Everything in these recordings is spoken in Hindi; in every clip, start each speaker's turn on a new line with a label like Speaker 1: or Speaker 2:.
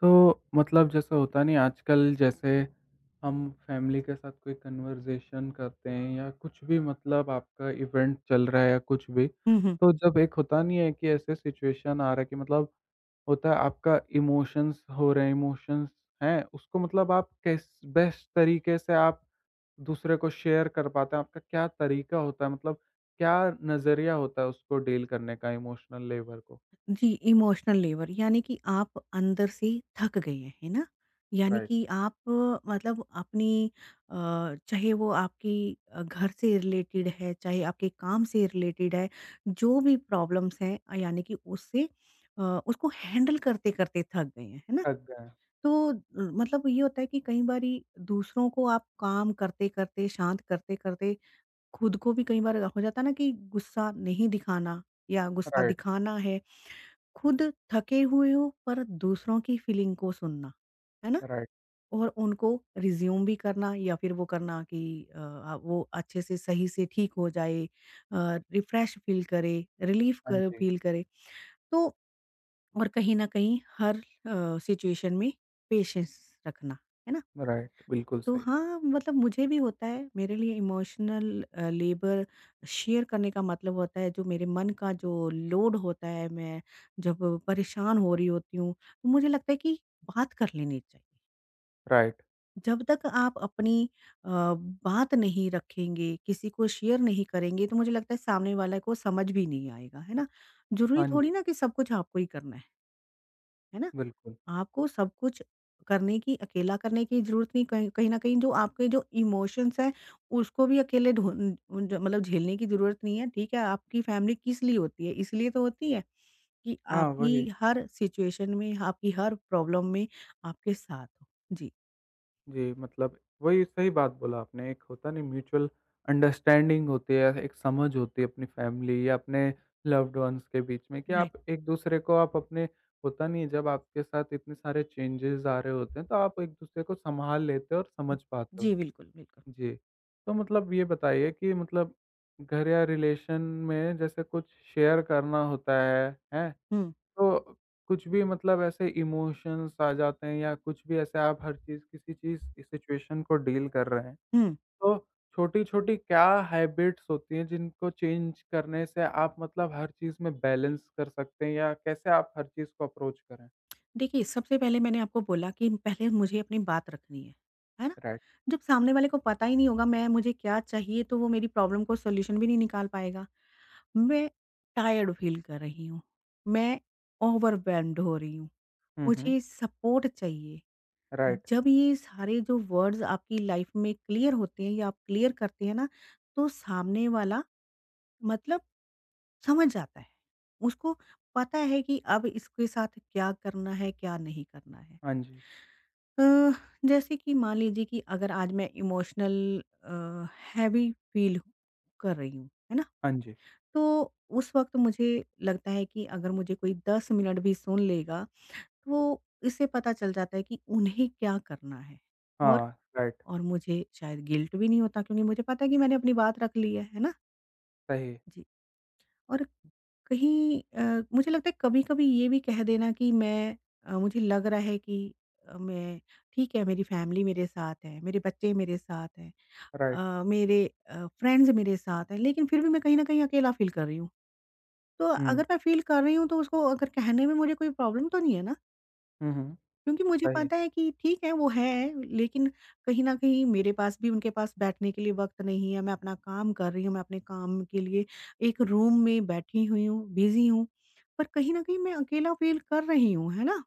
Speaker 1: तो मतलब जैसा होता नहीं आजकल जैसे हम फैमिली के साथ कोई कन्वर्सेशन करते हैं या कुछ भी मतलब आपका इवेंट चल रहा है या कुछ भी,
Speaker 2: हुँ, हुँ।
Speaker 1: तो जब एक होता नहीं है कि ऐसे सिचुएशन आ रहा है कि मतलब होता है आपका इमोशंस हो रहे हैं, इमोशंस हैं, उसको मतलब आप किस बेस्ट तरीके से आप दूसरे को शेयर कर पाते हैं? आपका क्या तरीका होता है? मतलब क्या नज़रिया होता है उसको डील करने का इमोशनल लेबर को?
Speaker 2: जी, इमोशनल लेबर यानी कि आप अंदर से थक गए हैं, है ना? यानी
Speaker 1: राइट।
Speaker 2: कि आप मतलब अपनी अ, चाहे वो आपकी घर से रिलेटेड है, चाहे आपके काम से रिलेटेड है, जो भी प्रॉब्लम्स हैं यानी कि उससे अ, उसको हैंडल करते-करते थक गए हैं, है ना?
Speaker 1: थक गए हैं।
Speaker 2: तो मतलब ये होता है कि कई बारी दूसरों को आप काम करते-करते, शांत करते-करते खुद को भी कई बार हो जाता है ना कि गुस्सा नहीं दिखाना या गुस्सा
Speaker 1: राइट,
Speaker 2: दिखाना है। खुद थके हुए हो पर दूसरों की फीलिंग को सुनना, है ना?
Speaker 1: राइट।
Speaker 2: और उनको रिज़्यूम भी करना या फिर वो करना कि अ, आ वो अच्छे से सही से ठीक हो जाए, रिफ़्रेश फ़ील करे, रिलीफ़
Speaker 1: हाँ
Speaker 2: कर
Speaker 1: जी।
Speaker 2: फ़ील करे। तो और कहीं न कहीं हर सिचुएशन में पेशेंस रखना, है ना?
Speaker 1: राइट, बिल्कुल
Speaker 2: तो
Speaker 1: सही।
Speaker 2: हाँ, मतलब मुझे भी होता है। मेरे लिए इमोशनल लेबर शेयर करने का मतलब होता है जो मेरे मन का जो लोड होता है, मैं जब परेशान हो रही होती हूँ, तो मुझे लगता है कि बात कर लेनी चाहिए।
Speaker 1: राइट,
Speaker 2: जब तक आप अपनी बात नहीं रखेंगे, किसी को शेयर नहीं करेंगे, तो मुझे लगता है सामने वाला को समझ भी नहीं आएगा, है ना? ज़रूरी
Speaker 1: हाँ
Speaker 2: थोड़ी
Speaker 1: जी,
Speaker 2: ना कि सब कुछ आपको ही करना है ना?
Speaker 1: बिल्कुल।
Speaker 2: आपको सब कुछ करने की अकेला करने की ज़रूरत नहीं, कहीं कहीं न कहीं जो आपके जो इमोशंस हैं, उसको भी अकेले ढूँढ ज मतलब झेलने की ज़रूरत नहीं है, ठीक है? आपकी फैमिली किस लिए होती है? इसलिए तो होती है कि
Speaker 1: हाँ,
Speaker 2: आपकी
Speaker 1: वही।
Speaker 2: हर सिचुएशन में, आपकी हर प्रॉब्लम में आपके साथ हो। जी।
Speaker 1: जी, मतलब वही सही बात बोला आपने, एक होता नहीं म्यूचुअल अंडरस्टैंडिंग होती है, एक समझ होती है अपनी फैमिली या अपने लव्ड वन्स के बीच में कि
Speaker 2: राइट।
Speaker 1: आप एक-दूसरे को आप अपने होता नहीं है जब आपके साथ इतने सारे चेंजेज़ आ रहे होते हैं, तो आप एक-दूसरे को सँभाल लेते हो और समझ पाते हो।
Speaker 2: जी, बिल्कुल, बिल्कुल।
Speaker 1: जी, तो मतलब ये बताइए कि मतलब घर या रिलेशन में जैसे कुछ शेयर करना होता है, हैं?
Speaker 2: हुँ,
Speaker 1: तो कुछ भी मतलब ऐसे इमोशंस आ जाते हैं या कुछ भी ऐसे आप हर चीज़ किसी चीज़ सिचुएशन को डील कर रहे हैं।
Speaker 2: हुँ।
Speaker 1: तो छोटी-छोटी क्या हैबिट्स होती हैं जिनको चेंज करने से आप मतलब हर चीज़ में बैलेंस कर सकते हैं या कैसे आप हर चीज़ को अप्रोच करें?
Speaker 2: देखिए, सबसे पहले मैंने आपको बोला कि पहले मुझे अपनी बात रखनी है ना?
Speaker 1: राइट।
Speaker 2: जब सामने वाले को पता ही नहीं होगा मैं मुझे क्या चाहिए, तो वो मेरी प्रॉब्लम को सॉल्यूशन भी नहीं निकाल पाएगा। मैं टायर्ड फील कर रही हूँ, मैं ओवरवेल्म्ड हो रही हूँ,
Speaker 1: हुँ, हुँ।
Speaker 2: मुझे सपोर्ट चाहिए।
Speaker 1: राइट।
Speaker 2: जब ये सारे जो वर्ड्स आपकी लाइफ में क्लियर होते हैं या आप क्लियर करते हैं ना, तो सामने वाला मतलब समझ जाता है। उसको पता है कि अब इसके साथ क्या करना है, क्या नहीं करना है।
Speaker 1: हाँ जी।
Speaker 2: अ, जैसे कि मान लीजिए कि अगर आज मैं इमोशनल अ, हैवी फील कर रही हूँ, है ना?
Speaker 1: हाँ जी।
Speaker 2: तो उस वक़्त मुझे लगता है कि अगर मुझे कोई 10 मिनट भी सुन लेगा, तो इससे पता चल जाता है कि उन्हें क्या करना है। और
Speaker 1: हाँ, राइट।
Speaker 2: और मुझे शायद गिल्ट भी नहीं होता क्योंकि मुझे पता है कि मैंने अपनी बात रख ली है ना?
Speaker 1: सही।
Speaker 2: जी। और कहीं मुझे लगता है कभी-कभी ये भी कह देना कि मुझे लग रहा है कि अ, मैं ठीक है मेरी फ़ैमिली मेरे साथ है, मेरे बच्चे मेरे साथ हैं,
Speaker 1: राइट।
Speaker 2: मेरे फ्रेंड्स मेरे साथ हैं, लेकिन फिर भी मैं कहीं न कहीं अकेला फ़ील कर रही हूँ। तो
Speaker 1: हुँ।
Speaker 2: अगर मैं फ़ील कर रही हूँ तो उसको अगर कहने में मुझे कोई प्रॉब्लम तो नहीं है ना?
Speaker 1: हुँ, हुँ।
Speaker 2: क्योंकि मुझे
Speaker 1: सही।
Speaker 2: पता है कि ठीक है वो है, लेकिन कहीं न कहीं मेरे पास भी उनके पास बैठने के लिए वक़्त नहीं है, मैं अपना काम कर रही हूँ, मैं अपने काम के लिए एक रूम में बैठी हुई हूँ, बिज़ी हूँ। पर कहीं न कहीं मैं अकेला फ़ील कर रही हूँ, है ना?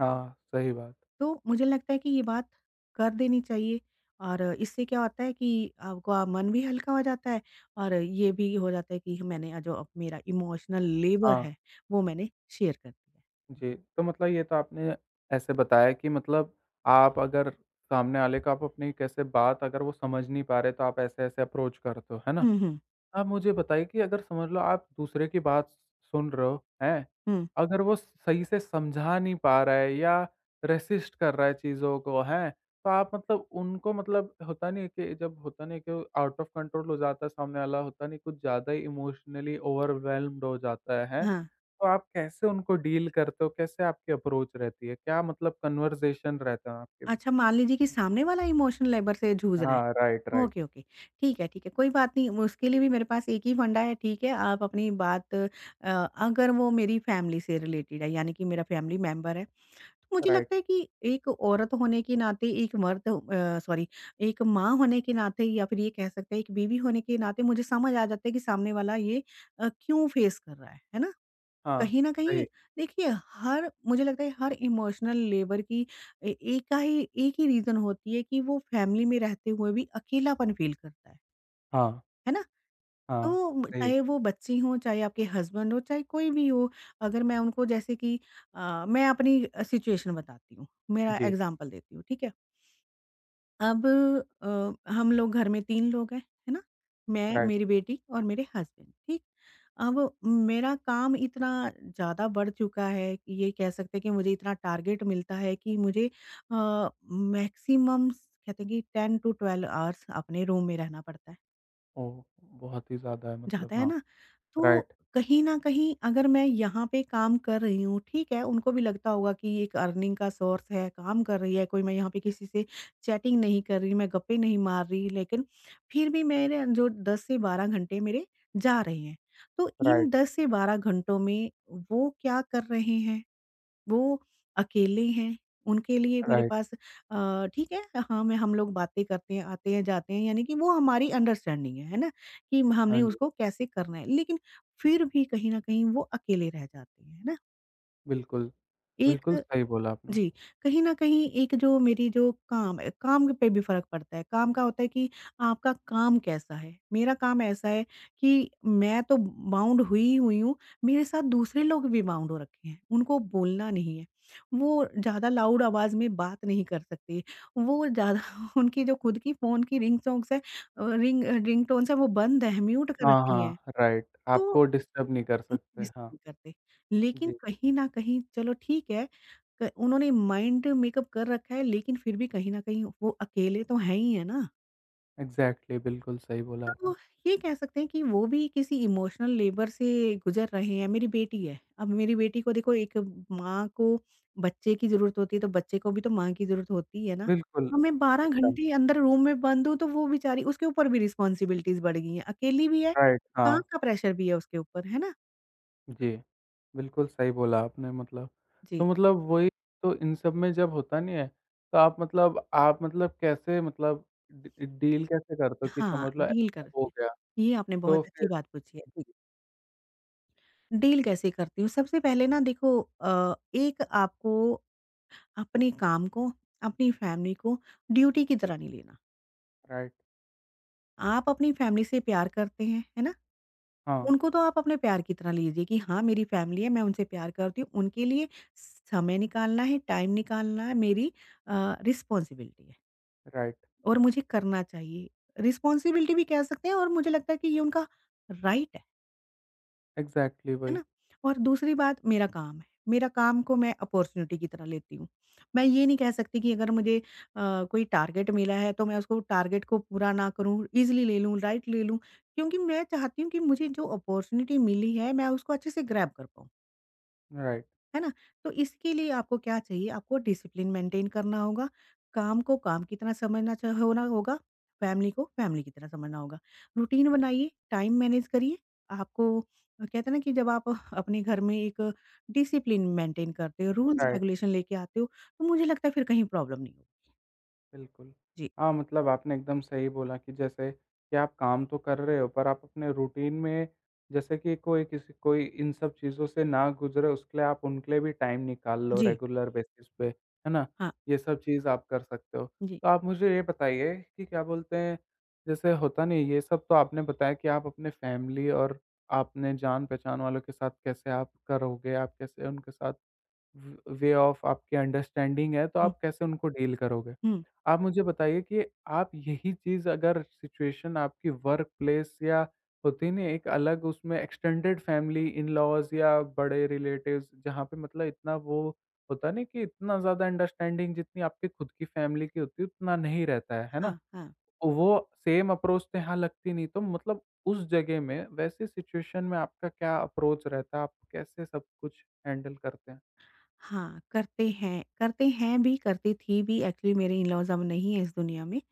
Speaker 1: हाँ, सही बात।
Speaker 2: तो मुझे लगता है कि ये बात कर देनी चाहिए और इससे क्या होता है कि आपका मन भी हल्का हो जाता है और ये भी हो जाता है कि मैंने जो अब मेरा इमोशनल लेबर
Speaker 1: हाँ।
Speaker 2: है, वो मैंने शेयर कर दिया।
Speaker 1: जी, तो मतलब ये तो आपने ऐसे बताया कि मतलब आप अगर सामने वाले को आप अपनी कैसे बात अगर वो समझ नहीं पा रहे, तो आप ऐसे-ऐसे अप्रोच करते हो, है ना?
Speaker 2: हुँ, हुँ,
Speaker 1: आप मुझे बताइए कि अगर समझ लो आप दूसरे की बात सुन रहे हो, हैं?
Speaker 2: हुँ।
Speaker 1: अगर वो सही से समझा नहीं पा रहा है या रेसिस्ट कर रहा है चीज़ों को, हैं? तो आप मतलब उनको मतलब होता नहीं है कि जब होता नहीं है कि आउट ऑफ कंट्रोल हो जाता है सामने वाला, होता नहीं कुछ ज़्यादा ही इमोशनली ओवरवेल्म्ड हो जाता है, हैं?
Speaker 2: हाँ,
Speaker 1: तो आप कैसे उनको डील करते हो? कैसे आपकी अप्रोच रहती है? क्या मतलब कन्वर्सेशन रहता है आपके बीच?
Speaker 2: अच्छा मान लीजिए कि सामने वाला इमोशनल लेबर से जूझ रहा है।
Speaker 1: हाँ, राइट, राइट,
Speaker 2: ओके, ओके। ठीक है, कोई बात नहीं, उसके लिए भी मेरे पास एक ही फंडा है, ठीक है, आप अपनी बात, अगर वो मेरी फैमिली से रिलेटेड है, यानी कि मेरा फैमिली मेंबर है, तो मुझे लगता
Speaker 1: राइट।
Speaker 2: है कि एक औरत होने के नाते, एक मर्द, सॉरी, एक माँ होने के नाते या फिर ये कह सकते हैं, एक बीवी होने के नाते, मुझे समझ आ जाता है कि सामने वाला ये क्यों फेस कर रहा है ना?
Speaker 1: हाँ,
Speaker 2: कहीं न कहीं
Speaker 1: सही।
Speaker 2: देखिए हर मुझे लगता है हर इमोशनल लेबर की ए एक का ही एक ही रीज़न होती है कि वो फैमिली में रहते हुए भी अकेलापन फ़ील करता
Speaker 1: हाँ,
Speaker 2: है ना?
Speaker 1: हाँ,
Speaker 2: तो
Speaker 1: सही।
Speaker 2: चाहे वो बच्चे हों, चाहे आपके हस्बैंड हों, चाहे कोई भी हो, अगर मैं उनको जैसे कि मैं अपनी सिचुएशन बताती हूँ, मेरा
Speaker 1: जी,
Speaker 2: एग्ज़ाम्पल देती हूँ, ठीक है? अब हम लोग घर में 3 लोग हैं, है ना? मैं,
Speaker 1: राइट।
Speaker 2: मेरी बेटी और मेरे हस्बैंड, ठीक? अब मेरा काम इतना ज़्यादा बढ़ चुका है, कि ये कह सकते हैं कि मुझे इतना टारगेट मिलता है कि मुझे मैक्सिमम कहते हैं कि 10 टू 12 आवर्स अपने रूम में रहना पड़ता है।
Speaker 1: ओह! बहुत ही ज़्यादा है मतलब
Speaker 2: जाता है
Speaker 1: हाँ,
Speaker 2: ना, तो
Speaker 1: राइट,
Speaker 2: कहीं न कहीं अगर मैं यहाँ पे काम कर रही हूँ, ठीक है, उनको भी लगता होगा कि ये एक अर्निंग का सोर्स है, काम कर रही है, कोई मैं यहाँ पे किसी से चैटिंग नहीं कर रही, मैं गप्पे नहीं मार रही, लेकिन फिर भी मेरे जो 10 से 12 घंटे मेरे जा रहे हैं। तो इन
Speaker 1: राइट,
Speaker 2: 10 से 12 घंटों में वो क्या कर रहे हैं? वो अकेले हैं, उनके लिए मेरे
Speaker 1: राइट।
Speaker 2: पास, ठीक है, हाँ, मैं हम लोग बातें करते हैं, आते हैं, जाते हैं, यानी कि वो हमारी अंडरस्टैंडिंग है ना? कि
Speaker 1: हाँ
Speaker 2: हमने
Speaker 1: जी,
Speaker 2: उसको कैसे करना है। लेकिन फिर भी कहीं न कहीं वो अकेले रह जाते हैं, है ना?
Speaker 1: बिल्कुल, बिल्कुल
Speaker 2: एक
Speaker 1: सही बोला आपने।
Speaker 2: जी, कहीं न कहीं एक जो मेरी जो काम है, काम पे भी फ़र्क पड़ता है। काम का होता है कि आपका काम कैसा है? मेरा काम ऐसा है कि मैं तो बाउंड हुई हुई हूँ, मेरे साथ दूसरे लोग भी बाउंड हो रखे हैं। उनको बोलना नहीं है, वो ज़्यादा लाउड आवाज़ में बात नहीं कर सकते, वो ज़्यादा उनकी जो खुद की फ़ोन की रिंग टोन्स है, रिंगटोन्स हैं, वो बंद हैं, म्यूट कर
Speaker 1: हाँ,
Speaker 2: रखी हैं।
Speaker 1: हाँ, राइट,
Speaker 2: तो
Speaker 1: आपको डिस्टर्ब नहीं कर
Speaker 2: हम
Speaker 1: सकते।
Speaker 2: मिस
Speaker 1: हाँ,
Speaker 2: नहीं करते। लेकिन
Speaker 1: जी,
Speaker 2: कहीं न कहीं चलो ठीक है, क उन्होंने माइंड मेकअप कर रखा है लेकिन फिर भी कहीं न कहीं वो अकेले तो हैं ही, है ना?
Speaker 1: एग्ज़ैक्टली बिल्कुल सही बोला आपने।
Speaker 2: तो ये कह सकते हैं कि वो भी किसी इमोशनल लेबर से गुज़र रहे हैं। मेरी बेटी है, अब मेरी बेटी को देखो, एक माँ को बच्चे की ज़रूरत होती है, तो बच्चे को भी तो माँ की ज़रूरत होती है ना?
Speaker 1: बिल्कुल,
Speaker 2: अब मैं 12
Speaker 1: एकदम,
Speaker 2: घंटे अंदर रूम में बंद हूँ, तो वो बेचारी, उसके ऊपर भी रिस्पॉन्सिबिलिटीज़ बढ़ गई हैं। अकेली भी है,
Speaker 1: राइट,
Speaker 2: काम
Speaker 1: हाँ।
Speaker 2: का प्रेशर भी है उसके ऊपर, है ना?
Speaker 1: जी। बिल्कुल सही बोला आपने मतलब। तो
Speaker 2: जी।
Speaker 1: मतलब वही तो इन सब में जब होता नहीं है, तो आप मतलब कैसे मतलब डी डील कैसे करते हो कि
Speaker 2: हाँ,
Speaker 1: समझ लो
Speaker 2: डील
Speaker 1: ऐसा हो
Speaker 2: करके।
Speaker 1: गया,
Speaker 2: ये आपने
Speaker 1: तो
Speaker 2: बहुत अच्छी
Speaker 1: फिर
Speaker 2: बात पूछी है, जी। डील कैसे करती हूँ? सबसे पहले ना देखो, एक आपको अपने काम को, अपनी फैमिली को ड्यूटी की तरह नहीं लेना।
Speaker 1: राइट,
Speaker 2: आप अपनी फैमिली से प्यार करते हैं, है ना?
Speaker 1: हाँ,
Speaker 2: उनको तो आप अपने प्यार की तरह लीजिए कि हाँ, मेरी फैमिली है, मैं उनसे प्यार करती हूँ। उनके लिए समय निकालना है, टाइम निकालना है, मेरी रिस्पॉन्सिबिलिटी है
Speaker 1: राइट,
Speaker 2: और मुझे करना चाहिए। रिस्पॉन्सिबिलिटी भी कह सकते हैं और मुझे लगता है कि ये उनका राइट है।
Speaker 1: एग्ज़ैक्टली
Speaker 2: है
Speaker 1: वही,
Speaker 2: ना? और दूसरी बात मेरा काम है। मेरा काम को मैं अपॉर्च्युनिटी की तरह लेती हूँ। मैं ये नहीं कह सकती कि अगर मुझे कोई टारगेट मिला है तो मैं उसको टारगेट को पूरा ना करूँ, ईज़िली ले लूँ, लाइट ले लूँ, क्योंकि मैं चाहती हूँ कि मुझे जो अपॉर्च्युनिटी मिली है मैं उसको अच्छे से ग्रैब कर पाऊँ।
Speaker 1: राइट,
Speaker 2: है ना? तो इसके लिए आपको क्या चाहिए, आपको डिसिप्लिन मेंटेन करना होगा, काम को काम की तरह समझना च होना होगा, फैमिली को फैमिली की तरह समझना होगा। रूटीन बनाइए, टाइम मैनेज करिए, आपको कहते हैं ना कि जब आप अपने घर में एक डिसिप्लिन मेंटेन करते हो, रूल्स
Speaker 1: राइट।
Speaker 2: रेगुलेशन लेके आते हो, तो मुझे लगता है फिर कहीं प्रॉब्लम नहीं होगी।
Speaker 1: बिल्कुल।
Speaker 2: जी,
Speaker 1: हाँ, मतलब आपने एकदम सही बोला कि जैसे कि आप काम तो कर रहे हो पर आप अपने रूटीन में जैसे कि कोई किसी कोई इन सब चीज़ों से ना गुज़रे उसके लिए आप उनके लिए भी टाइम निकाल लो
Speaker 2: जी,
Speaker 1: रेगुलर बेसिस पे, है ना?
Speaker 2: हाँ,
Speaker 1: ये सब चीज़ आप कर सकते हो।
Speaker 2: जी,
Speaker 1: तो आप मुझे ये बताइए कि क्या बोलते हैं जैसे होता नहीं ये सब तो आपने बताया कि आप अपने फैमिली और आपने जान-पहचान वालों के साथ कैसे आप करोगे, आप कैसे उनके साथ व वे ऑफ आपकी अंडरस्टैंडिंग है, तो
Speaker 2: हुँ,
Speaker 1: आप कैसे उनको डील करोगे?
Speaker 2: हुँ,
Speaker 1: आप मुझे बताइए कि आप यही चीज़ अगर सिचुएशन आपकी वर्क प्लेस या होती नहीं एक अलग उसमें एक्सटेंडेड फैमिली, इन-लॉज़ या बड़े रिलेटिव्स जहाँ पे मतलब इतना वो होता है ना कि इतना ज़्यादा अंडरस्टैंडिंग जितनी आपकी खुद की फैमिली की होती है उतना नहीं रहता है ना?
Speaker 2: हाँ, हाँ,
Speaker 1: तो वो सेम अप्रोच तो यहाँ लगती नहीं तो मतलब उस जगह में वैसे सिचुएशन में आपका क्या अप्रोच रहता है? आप कैसे सब कुछ हैंडल करते
Speaker 2: हाँ, करते हैं भी, करती थी भी, एक्चुअली मेरे इन-लॉज़ अब नहीं है इस दुनिया में। अ,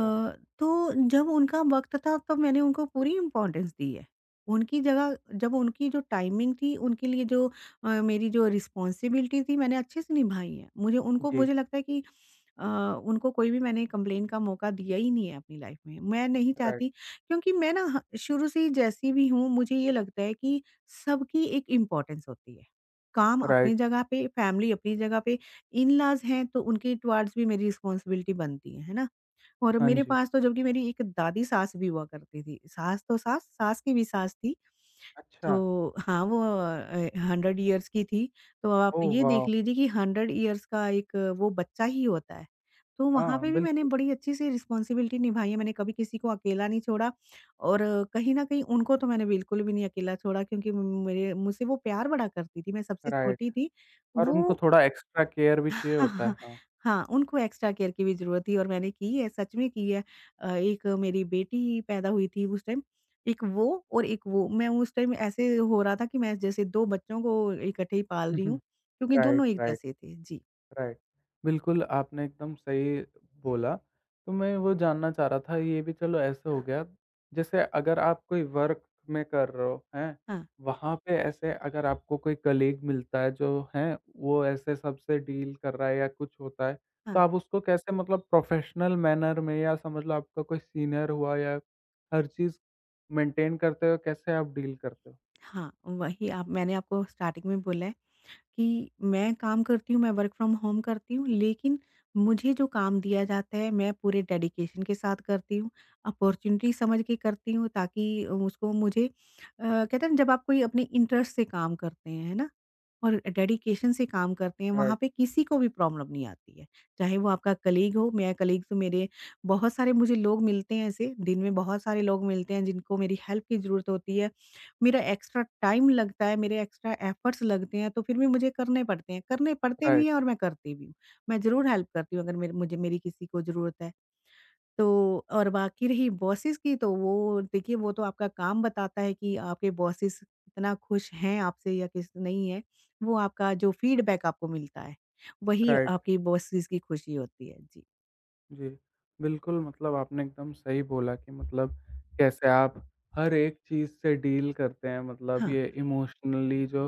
Speaker 1: हैं?
Speaker 2: तो जब उनका वक़्त था तब मैंने उनको पूरी इम्पोर्टेंस दी है। उनकी जगह, जब उनकी जो टाइमिंग थी, उनके लिए जो मेरी जो रिस्पॉन्सिबिलिटी थी मैंने अच्छे से निभाई है।
Speaker 1: जी,
Speaker 2: मुझे लगता है कि अ, उनको कोई भी मैंने कंप्लेन का मौका दिया ही नहीं है अपनी लाइफ़ में। मैं नहीं
Speaker 1: राइट,
Speaker 2: चाहती क्योंकि मैं ना ह शुरू से ही जैसी भी हूँ, मुझे ये लगता है कि सबकी एक इम्पोर्टेंस होती है। काम अपनी
Speaker 1: राइट,
Speaker 2: जगह पे, फैमिली अपनी जगह पे, इन-लॉज़ हैं तो उनके टुवर्ड्स भी मेरी रिस्पॉन्सिबिलिटी बनती है ना? और
Speaker 1: हाँ
Speaker 2: मेरे
Speaker 1: जी।
Speaker 2: पास तो जबकि मेरी एक दादी सास भी हुआ करती थी। सास तो सास, सास की भी सास थी।
Speaker 1: अच्छा,
Speaker 2: तो हाँ, वो 100 इयर्स की थी। तो आप
Speaker 1: ओह
Speaker 2: ये देख
Speaker 1: वाव!
Speaker 2: लीजिए कि 100 इयर्स का एक वो बच्चा ही होता है। तो वहाँ
Speaker 1: हाँ,
Speaker 2: पे भी मैंने
Speaker 1: बिल्कुल,
Speaker 2: बड़ी अच्छी सी रिस्पॉन्सिबिलिटी निभाई है। मैंने कभी किसी को अकेला नहीं छोड़ा और कहीं न कहीं उनको तो मैंने बिल्कुल भी नहीं अकेला छोड़ा क्योंकि मेरे मुझसे वो प्यार बड़ा करती थी। मैं सबसे
Speaker 1: राइट
Speaker 2: छोटी थी।
Speaker 1: और उनको
Speaker 2: वो
Speaker 1: थोड़ा एक्स्ट्रा केयर भी चाहिए
Speaker 2: हाँ,
Speaker 1: होता है।
Speaker 2: हाँ,
Speaker 1: हाँ,
Speaker 2: हाँ, उनको एक्स्ट्रा केयर की भी ज़रूरत थी और मैंने की है, सच में की है। एक मेरी बेटी पैदा हुई थी उस टाइम, एक वो और एक वो। मैं उस टाइम ऐसे हो रहा था कि मैं जैसे 2 बच्चों को इकट्ठे ही पाल
Speaker 1: हुँ,
Speaker 2: रही
Speaker 1: हुँ,
Speaker 2: हूँ, क्योंकि दोनों
Speaker 1: राइट,
Speaker 2: एक
Speaker 1: राइट।
Speaker 2: जैसे थे। जी।
Speaker 1: राइट। बिल्कुल, आपने एकदम सही बोला। तो मैं वो जानना चाह रहा था ये भी चलो ऐसे हो गया, जैसे अगर आप कोई वर्क में कर रहे हो, हैं?
Speaker 2: हाँ,
Speaker 1: वहाँ पे ऐसे अगर आपको कोई कलीग मिलता है जो हैं, वो ऐसे सबसे डील कर रहा है या कुछ होता है,
Speaker 2: हाँ,
Speaker 1: तो आप उसको कैसे मतलब प्रोफ़ेशनल मैनर में या समझ लो आपका कोई सीनियर हुआ या हर चीज़ मेंटेन करते हुए कैसे आप डील करते हो?
Speaker 2: हाँ, वही आप मैंने आपको स्टार्टिंग में बोला है कि मैं काम करती हूँ, मैं वर्क फ्रॉम होम करती हूँ, लेकिन मुझे जो काम दिया जाता है, मैं पूरे डेडिकेशन के साथ करती हूँ, अपॉर्च्युनिटी समझ के करती हूँ ताकि उसको मुझे कहते हैं ना जब आप कोई अपने इंटरेस्ट से काम करते हैं, है ना? और डेडिकेशन से काम करते हैं, वहाँ
Speaker 1: राइट,
Speaker 2: पे किसी को भी प्रॉब्लम नहीं आती है। चाहे वो आपका कलीग हो, मेरा कलीग तो मेरे बहुत सारे मुझे लोग मिलते हैं ऐसे, दिन में बहुत सारे लोग मिलते हैं जिनको मेरी हेल्प की ज़रूरत होती है। मेरा एक्स्ट्रा टाइम लगता है, मेरे एक्स्ट्रा एफर्ट्स लगते हैं, तो फिर भी मुझे करने पड़ते हैं। करने पड़ते भी
Speaker 1: राइट,
Speaker 2: हैं और मैं करती भी हूँ। मैं ज़रूर हेल्प करती हूँ अगर मेरे मुझे मेरी किसी को ज़रूरत है। तो और बाकी रही बॉसेस की तो वो देखिए वो तो आपका काम बताता है कि आपके बॉसेस कितना खुश हैं आपसे या किस नहीं है। वो आपका जो फीडबैक आपको मिलता है, वही
Speaker 1: राइट।
Speaker 2: आपकी बॉसेस की खुशी होती है। जी।
Speaker 1: जी, बिल्कुल मतलब आपने एकदम सही बोला कि मतलब कैसे आप हर एक चीज़ से डील करते हैं मतलब
Speaker 2: हाँ,
Speaker 1: ये इमोशनली जो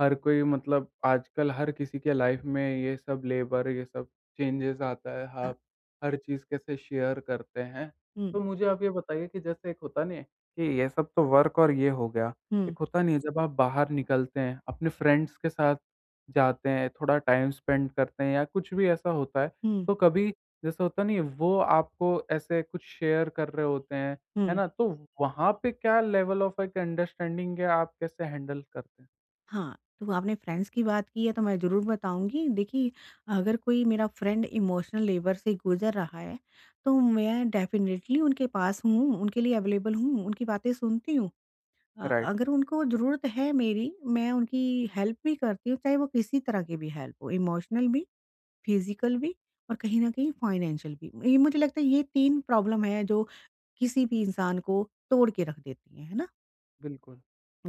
Speaker 1: हर कोई मतलब आजकल हर किसी के लाइफ में ये सब लेबर ये सब चेंजेस आता है
Speaker 2: हाँ।
Speaker 1: आप हर चीज़ कैसे शेयर करते हैं।
Speaker 2: हुँ,
Speaker 1: तो मुझे आप ये बताइए कि जैसे एक होता नहीं है कि ये सब तो वर्क और ये हो गया,
Speaker 2: हुँ,
Speaker 1: एक होता नहीं है जब आप बाहर निकलते हैं, अपने फ्रेंड्स के साथ जाते हैं, थोड़ा टाइम स्पेंड करते हैं या कुछ भी ऐसा होता है,
Speaker 2: हुँ,
Speaker 1: तो कभी जैसे होता नहीं है, वो आपको ऐसे कुछ शेयर कर रहे होते हैं, है
Speaker 2: हुँ।
Speaker 1: ना? तो वहाँ पे क्या लेवल ऑफ एक अंडरस्टैंडिंग है, आप कैसे हैंडल करते हैं?
Speaker 2: हाँ, तो आपने फ्रेंड्स की बात की है तो मैं ज़रूर बताऊँगी। देखिए, अगर कोई मेरा फ्रेंड इमोशनल लेबर से गुज़र रहा है, तो मैं डेफ़िनेटली उनके पास हूँ, उनके लिए अवेलेबल हूँ, उनकी बातें सुनती हूँ।
Speaker 1: राइट,
Speaker 2: अगर उनको ज़रूरत है मेरी, मैं उनकी हेल्प भी करती हूँ, चाहे वो किसी तरह की भी हेल्प हो, इमोशनल भी, फ़िज़िकल भी और कहीं न कहीं फ़ाइनेंशियल भी। ये मुझे लगता है ये 3 प्रॉब्लम है जो किसी भी इंसान को तोड़ के रख देती हैं, है ना?
Speaker 1: बिल्कुल,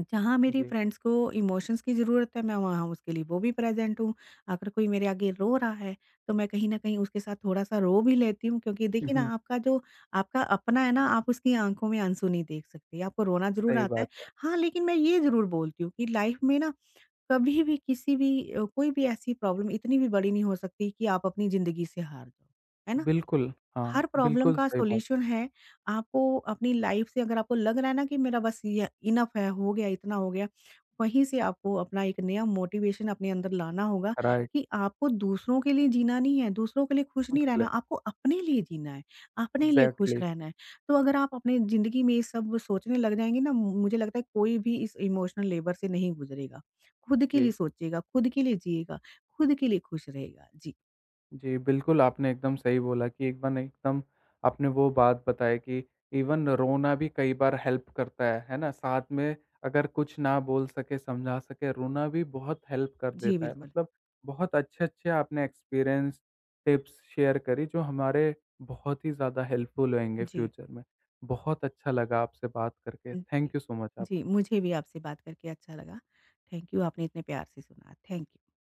Speaker 2: जहाँ मेरी
Speaker 1: जी।
Speaker 2: फ्रेंड्स को इमोशंस की ज़रूरत है, मैं वहाँ उसके लिए वो भी प्रेज़ेंट हूँ। अगर कोई मेरे आगे रो रहा है, तो मैं कहीं न कहीं उसके साथ थोड़ा-सा रो भी लेती हूँ क्योंकि
Speaker 1: हुँ,
Speaker 2: देखिए ना
Speaker 1: हुँ।
Speaker 2: आपका अपना है ना, आप उसकी आँखों में आँसू नहीं देख सकते, आपको रोना ज़रूर
Speaker 1: सही
Speaker 2: आता है।
Speaker 1: बात है।
Speaker 2: हाँ, लेकिन मैं ये ज़रूर बोलती हूँ कि लाइफ़ में ना कभी भी कोई भी ऐसी प्रॉब्लम इतनी भी बड़ी नहीं हो सकती कि आप अपनी ज़िंदगी से हार जाओ। है ना?
Speaker 1: बिल्कुल,
Speaker 2: हर
Speaker 1: हाँ,
Speaker 2: प्रॉब्लम
Speaker 1: बिल्कुल
Speaker 2: का
Speaker 1: सही बात,
Speaker 2: सॉल्यूशन है। आपको अपनी लाइफ से अगर आपको लग रहा है ना कि मेरा बस ये इनफ है, हो गया, इतना हो गया, वहीं से आपको अपना एक नया मोटिवेशन अपने अंदर लाना होगा
Speaker 1: राइट,
Speaker 2: कि आपको दूसरों के लिए जीना नहीं है, दूसरों के लिए खुश
Speaker 1: खुद
Speaker 2: नहीं
Speaker 1: के
Speaker 2: रहना,
Speaker 1: लिए,
Speaker 2: आपको अपने लिए जीना है, अपने लिए खुश
Speaker 1: एग्ज़ैक्टली,
Speaker 2: रहना है। तो अगर आप अपने ज़िंदगी में ये सब सोचने लग जाएँगे ना, मुझे लगता है कोई भी इस इमोशनल लेबर से नहीं गुज़रेगा। खुद के लिए
Speaker 1: जी।
Speaker 2: सोचिएगा, खुद के लिए जिएगा, खुद के लिए खुश रहेगा। जी।
Speaker 1: जी, बिल्कुल, आपने एकदम सही बोला कि एकदम एकदम आपने वो बात बताई कि इवन रोना भी कई बार हेल्प करता है ना? साथ में अगर कुछ ना बोल सके, समझा सके, रोना भी बहुत हेल्प कर
Speaker 2: जी,
Speaker 1: देता है।
Speaker 2: बिल्कुल।
Speaker 1: मतलब बहुत अच्छे-अच्छे आपने एक्सपीरियंस, टिप्स शेयर करी जो हमारे बहुत ही ज़्यादा हेल्पफुल होंगे
Speaker 2: जी।
Speaker 1: फ्यूचर में। बहुत अच्छा लगा आपसे बात करके।
Speaker 2: जी,
Speaker 1: थैंक यू सो मच
Speaker 2: जी,
Speaker 1: आपका।
Speaker 2: मुझे भी आपसे बात करके अच्छा लगा। थैंक यू, आपने इतने प्यार से सुना। Thank you.